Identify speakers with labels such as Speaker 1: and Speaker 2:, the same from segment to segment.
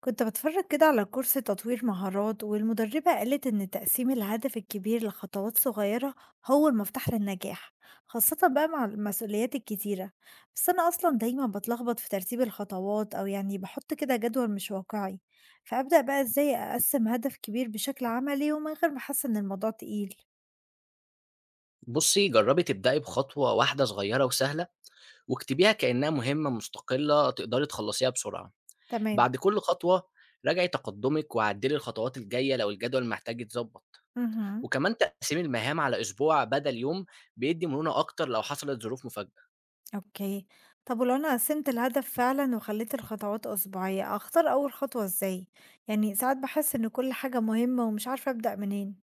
Speaker 1: كنت بتفرج كده على كورس تطوير مهارات، والمدربة قالت إن تقسيم الهدف الكبير لخطوات صغيرة هو المفتاح للنجاح، خاصة بقى مع المسؤوليات الكتيرة. بس أنا أصلا دايما بتلخبط في ترتيب الخطوات، أو يعني بحط كده جدول مش واقعي. فأبدأ بقى إزاي أقسم هدف كبير بشكل عملي ومن غير ما أحس إن الموضوع تقيل؟
Speaker 2: بُصّي، جرّبي تبدئي بخطوة واحدة صغيّرة وسهلة، واكتبيها كإنها مهمة مستقلة تقدري تخلّصيها بسرعة.
Speaker 1: تمام.
Speaker 2: بعد كل خطوة راجعي تقدُّمِك وعدّلي الخطوات الجاية لو الجدول محتاج يتضبّط،
Speaker 1: مهم.
Speaker 2: وكمان تقسيمي المهام على أسبوع بدل يوم بيدّي مرونة أكتر لو حصلت ظروف مفاجأة.
Speaker 1: أوكي. طب ولو أنا قسّمت الهدف فعلًا وخلّيت الخطوات أسبوعية، أختار أول خطوة إزاي؟ يعني ساعات باحس إن كل حاجة مهمة ومش عارفة أبدأ منين.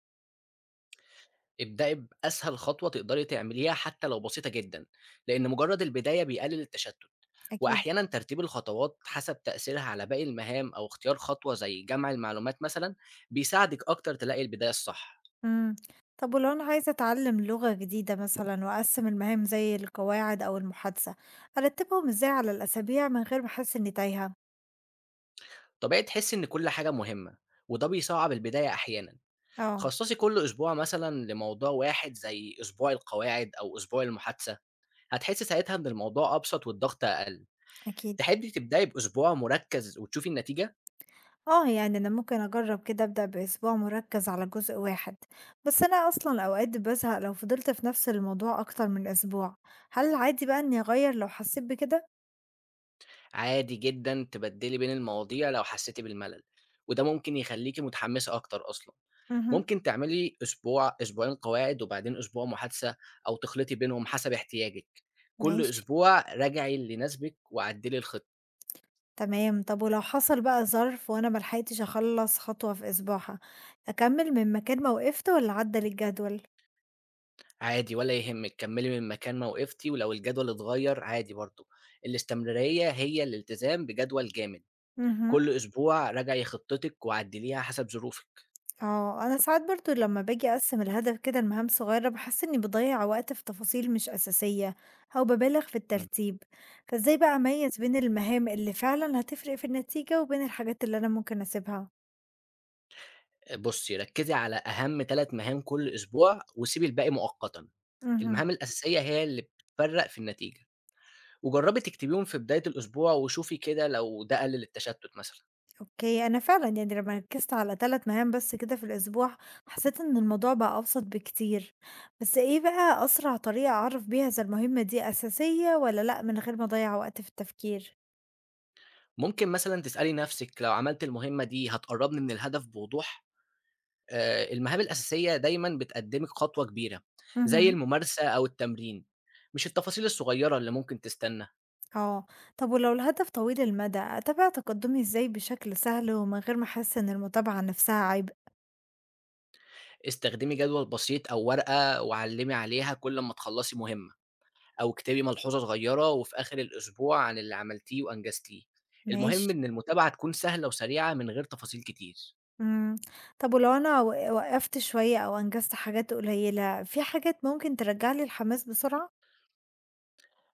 Speaker 2: ابدئي بأسهل خطوة تقدري تعمليها حتى لو بسيطة جدًا، لإن مجرّد البداية بيقلل التشتُّت،
Speaker 1: أكيد.
Speaker 2: وأحيانًا ترتيب الخطوات حسب تأثيرها على باقي المهام أو اختيار خطوة زي جمع المعلومات مثلًا، بيساعدِك أكتر تلاقي البداية الصح.
Speaker 1: إمم. طب ولو أنا عايزة أتعلّم لغة جديدة مثلًا وأقسّم المهام زي القواعد أو المحادثة، أرتّبهم إزاي على الأسابيع من غير ما أحس إنّي تايهة؟
Speaker 2: طبيعي تحسي إن كل حاجة مهمة، وده بيصعّب البداية أحيانًا.
Speaker 1: آه،
Speaker 2: خصّصي كل أسبوع مثلًا لموضوع واحد زي أسبوع القواعد أو أسبوع المحادثة، هتحسي ساعتها إن الموضوع أبسط والضغط أقل.
Speaker 1: أكيد.
Speaker 2: تحبي تبدأي بأسبوع مركّز وتشوفي النتيجة؟
Speaker 1: آه، يعني أنا ممكن أجرّب كده أبدأ بأسبوع مُركّز على جزء واحد، بس أنا أصلًا أوقات بازهق لو فضلت في نفس الموضوع أكتر من أسبوع، هل عادي بقى إني أغيّر لو حسّيت بكده؟
Speaker 2: عادي جدًا تبدّلي بين المواضيع لو حسيتِ بالملل، وده ممكن يخلّيكِ متحمّسة أكتر أصلًا.
Speaker 1: اهم،
Speaker 2: ممكن تعملي أسبوع، أسبوعين قواعد وبعدين أسبوع محادثة أو تخلطي بينهم حسب احتياجِك. كل
Speaker 1: ماشي،
Speaker 2: أسبوع راجعي اللي يناسبِك وعدّلي الخطة.
Speaker 1: تمام. طب ولو حصل بقى ظرف وأنا ما لحقتش أخلّص خطوة في أسبوعها، أكمّل من مكان ما وقفت والّا أعدّل الجدول؟
Speaker 2: عادي ولا يهمِّك، كمّلي من مكان ما وقفتِ، ولو الجدول اتغيّر عادي برضه، الاستمرارية هي الالتزام بجدول جامد،
Speaker 1: اهم.
Speaker 2: كل أسبوع راجعي خطتِك وعدّليها حسب ظروفِك.
Speaker 1: اه انا ساعات برضو لما باجي اقسم الهدف كده لمهام صغيرة بحس اني بضيع وقت في تفاصيل مش اساسية، او ببالغ في
Speaker 2: إمم.
Speaker 1: الترتيب. فازاي بقى اميز بين المهام اللي فعلا هتفرق في النتيجة وبين الحاجات اللي انا ممكن اسيبها؟
Speaker 2: بُصّي، ركّزي على أهم 3 مهام كل أسبوع وسيبي الباقي مؤقتًا،
Speaker 1: امم.
Speaker 2: المهام الأساسية هي اللي بتفرّق في النتيجة، وجرّبي تكتبيهم في بداية الأسبوع وشوفي كده لو ده قلِّل التشتُّت مثلًا.
Speaker 1: اوكي، انا فعلا يعني لما ركزت على ثلاث مهام بس كده في الاسبوع حسيت ان الموضوع بقى ابسط بكتير. بس ايه بقى اسرع طريقة اعرف بيها اذا المهمة دي اساسية ولا لا من غير ما اضيع وقت في التفكير؟
Speaker 2: ممكن مثلًا تسألي نَفْسِك لو عملت المهمة دي هتقرّبني من الهدف بوضوح؟ المهام الأساسية دايمًا بتقدّمِك خطوة كبيرة، زي الممارسة أو التمرين، مش التفاصيل الصغيرة اللي ممكن تستنى.
Speaker 1: آه، طب ولو الهدف طويل المدى، أتابع تقدمي إزاي بشكل سهل ومن غير ما أحس إن المتابعة نفسها عبء؟
Speaker 2: استخدمي جدول بسيط أو ورقة وعلّمي عليها كل أمّا تخلّصي مهمة، أو اكتبي ملحوظة صغيرة وفي آخر الأسبوع عن اللي عملتيه وأنجزتيه.
Speaker 1: ماشي،
Speaker 2: المهم إن المتابعة تكون سهلة وسريعة من غير تفاصيل كتير.
Speaker 1: إمم. طب ولو أنا وقّفت شوية أو أنجزت حاجات قليلة، في حاجات ممكن ترجّع لي الحماس بسرعة؟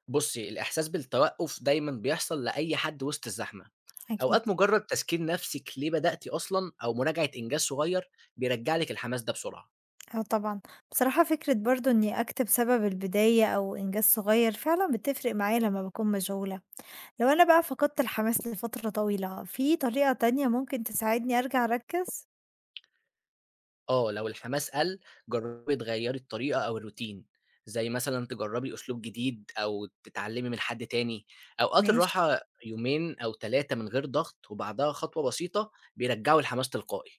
Speaker 2: بُصّي، الإحساس بالتوقُّف دايمًا بيحصل لأي حد وسط الزحمة.
Speaker 1: أكيد،
Speaker 2: أوقات مجرّد تذكير نَفْسِك ليه بدأتِ أصلًا أو مراجعة إنجاز صغير بيرجّع لِك الحماس ده بسرعة.
Speaker 1: آه طبعًا، بصراحة فكرة برضه إني أكتب سبب البداية أو إنجاز صغير فعلًا بتفرق معايا لمّا باكون مشغولة، لو أنا بقى فقدت الحماس لفترة طويلة، في طريقة تانية ممكن تساعدني أرجع أركّز؟
Speaker 2: آه، لو الحماس قَل، جرّبي تغيّري الطريقة أو الروتين، زي مثلًا تجرّبي أسلوب جديد أو تتعلّمي من حد تاني. أوقات
Speaker 1: ماشي.
Speaker 2: الراحة يومين أو 3 من غير ضغط وبعدها خطوة بسيطة بيرجّعوا الحماس تلقائي.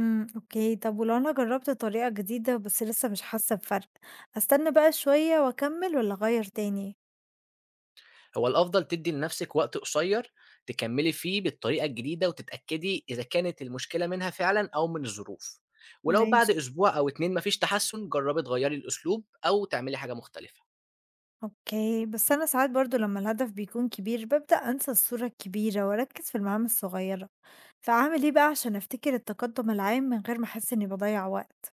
Speaker 1: إمم، أوكي. طب ولو أنا جرّبت طريقة جديدة بس لسه مش حاسة بفرق، أستنى بقى شوية وأكمّل والّا أغيّر تاني؟
Speaker 2: هو الأفضل تدّي لنَفْسِك وقت قصير تكمّلي فيه بالطريقة الجديدة وتتأكدي إذا كانت المشكلة منها فعلًا أو من الظروف، ولو بعد
Speaker 1: ماشي.
Speaker 2: أسبوع أو 2 ما فيش تحسُّن، جرّبي تغيّري الأسلوب أو تعملي حاجة مختلفة.
Speaker 1: أوكي. بس أنا ساعات برضه لمّا الهدف بيكون كبير بابدأ أنسى الصورة الكبيرة وأركّز في المهام الصغيرة، فأعمل إيه بقى عشان أفتكر التقدُّم العام من غير ما أحس إنّي باضيّع وقت؟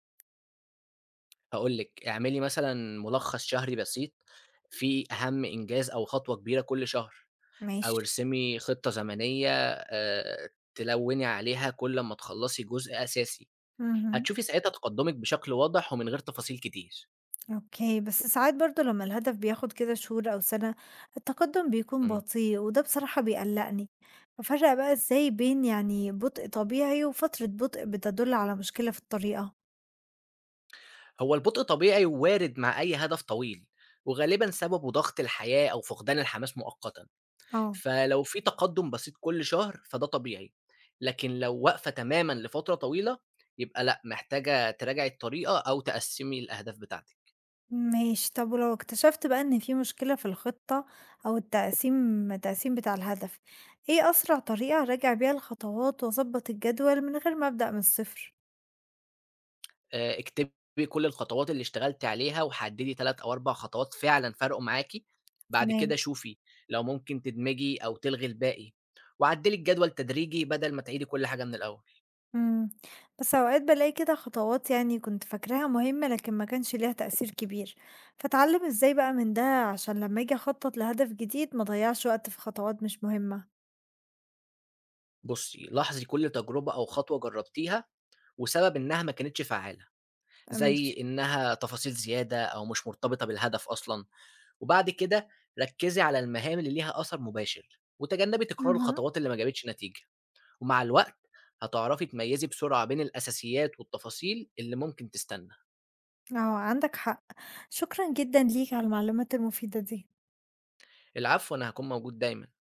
Speaker 2: هاقول لِك، اعملي مثلًا ملخص شهري بسيط فيه أهم إنجاز أو خطوة كبيرة كل شهر،
Speaker 1: ماشي.
Speaker 2: أو ارسمي خطة زمنية تلوِّني عليها كل أمّا تخلّصي جزء أساسي،
Speaker 1: اهم.
Speaker 2: هتشوفي ساعتها تقدُّمِك بشكل واضح ومن غير تفاصيل كتير.
Speaker 1: أوكي، بس ساعات برضو لما الهدف بياخد كده شهور أو سنة التقدم بيكون
Speaker 2: إمم.
Speaker 1: بطيء، وده بصراحة بيقلقني. ففرق بقى ازاي بين يعني بطء طبيعي وفترة بطء بتدل على مشكلة في الطريقة؟
Speaker 2: هو البطء طبيعي ووارد مع أي هدف طويل، وغالبًا سببه ضغط الحياة أو فقدان الحماس مؤقتًا.
Speaker 1: اه.
Speaker 2: فلو في تقدُّم بسيط كل شهر، فده طبيعي، لكن لو واقفة تمامًا لفترة طويلة، يبقى لأ، محتاجة تراجعي الطريقة أو تقسّمي الأهداف بتاعتِك.
Speaker 1: ماشي. طب ولو اكتشفت بقى ان في مشكلة في الخطة أو التقسيم بتاع الهدف، ايه أسرع طريقة أراجع بيها الخطوات وأظبط الجدول من غير ما أبدأ من الصفر؟
Speaker 2: اكتبي كل الخطوات اللي اشتغلتِ عليها وحدّدي 3 أو 4 خطوات فعلًا فَرَقوا معاكِ، بعد كده
Speaker 1: تمام.
Speaker 2: شوفي لو ممكن تدمجي أو تلغي الباقي وعدّلي الجدول تدريجي بدل ما تعيدي كل حاجة من الأول.
Speaker 1: إمم، بس أوقات بالاقي كده خطوات يعني كنت فاكراها مهمة لكن ما كانش ليها تأثير كبير، فأتعلم إزاي بقى من ده عشان لما أجي أخطط لهدف جديد ما أضيّعش وقت في خطوات مش مهمة؟
Speaker 2: بُصّي، لاحظي كل تجربة أو خطوة جرّبتيها وسبب إنّها ما كانتش فعّالة.
Speaker 1: آه، ماشي،
Speaker 2: زي إنها تفاصيل زيادة أو مش مرتبطة بالهدف أصلًا، وبعد كده ركّزي على المهام اللي ليها أثر مباشر، وتجنبي تكرار
Speaker 1: اهم،
Speaker 2: الخطوات اللي ما جابتش نتيجة، ومع الوقت هتعرفي تميّزي بسرعة بين الأساسيات والتفاصيل اللي ممكن تستنى.
Speaker 1: آه، عندك حق، شكرًا جدًا ليك على المعلومات المفيدة دي.
Speaker 2: العفو، أنا هاكون موجود دايمًا.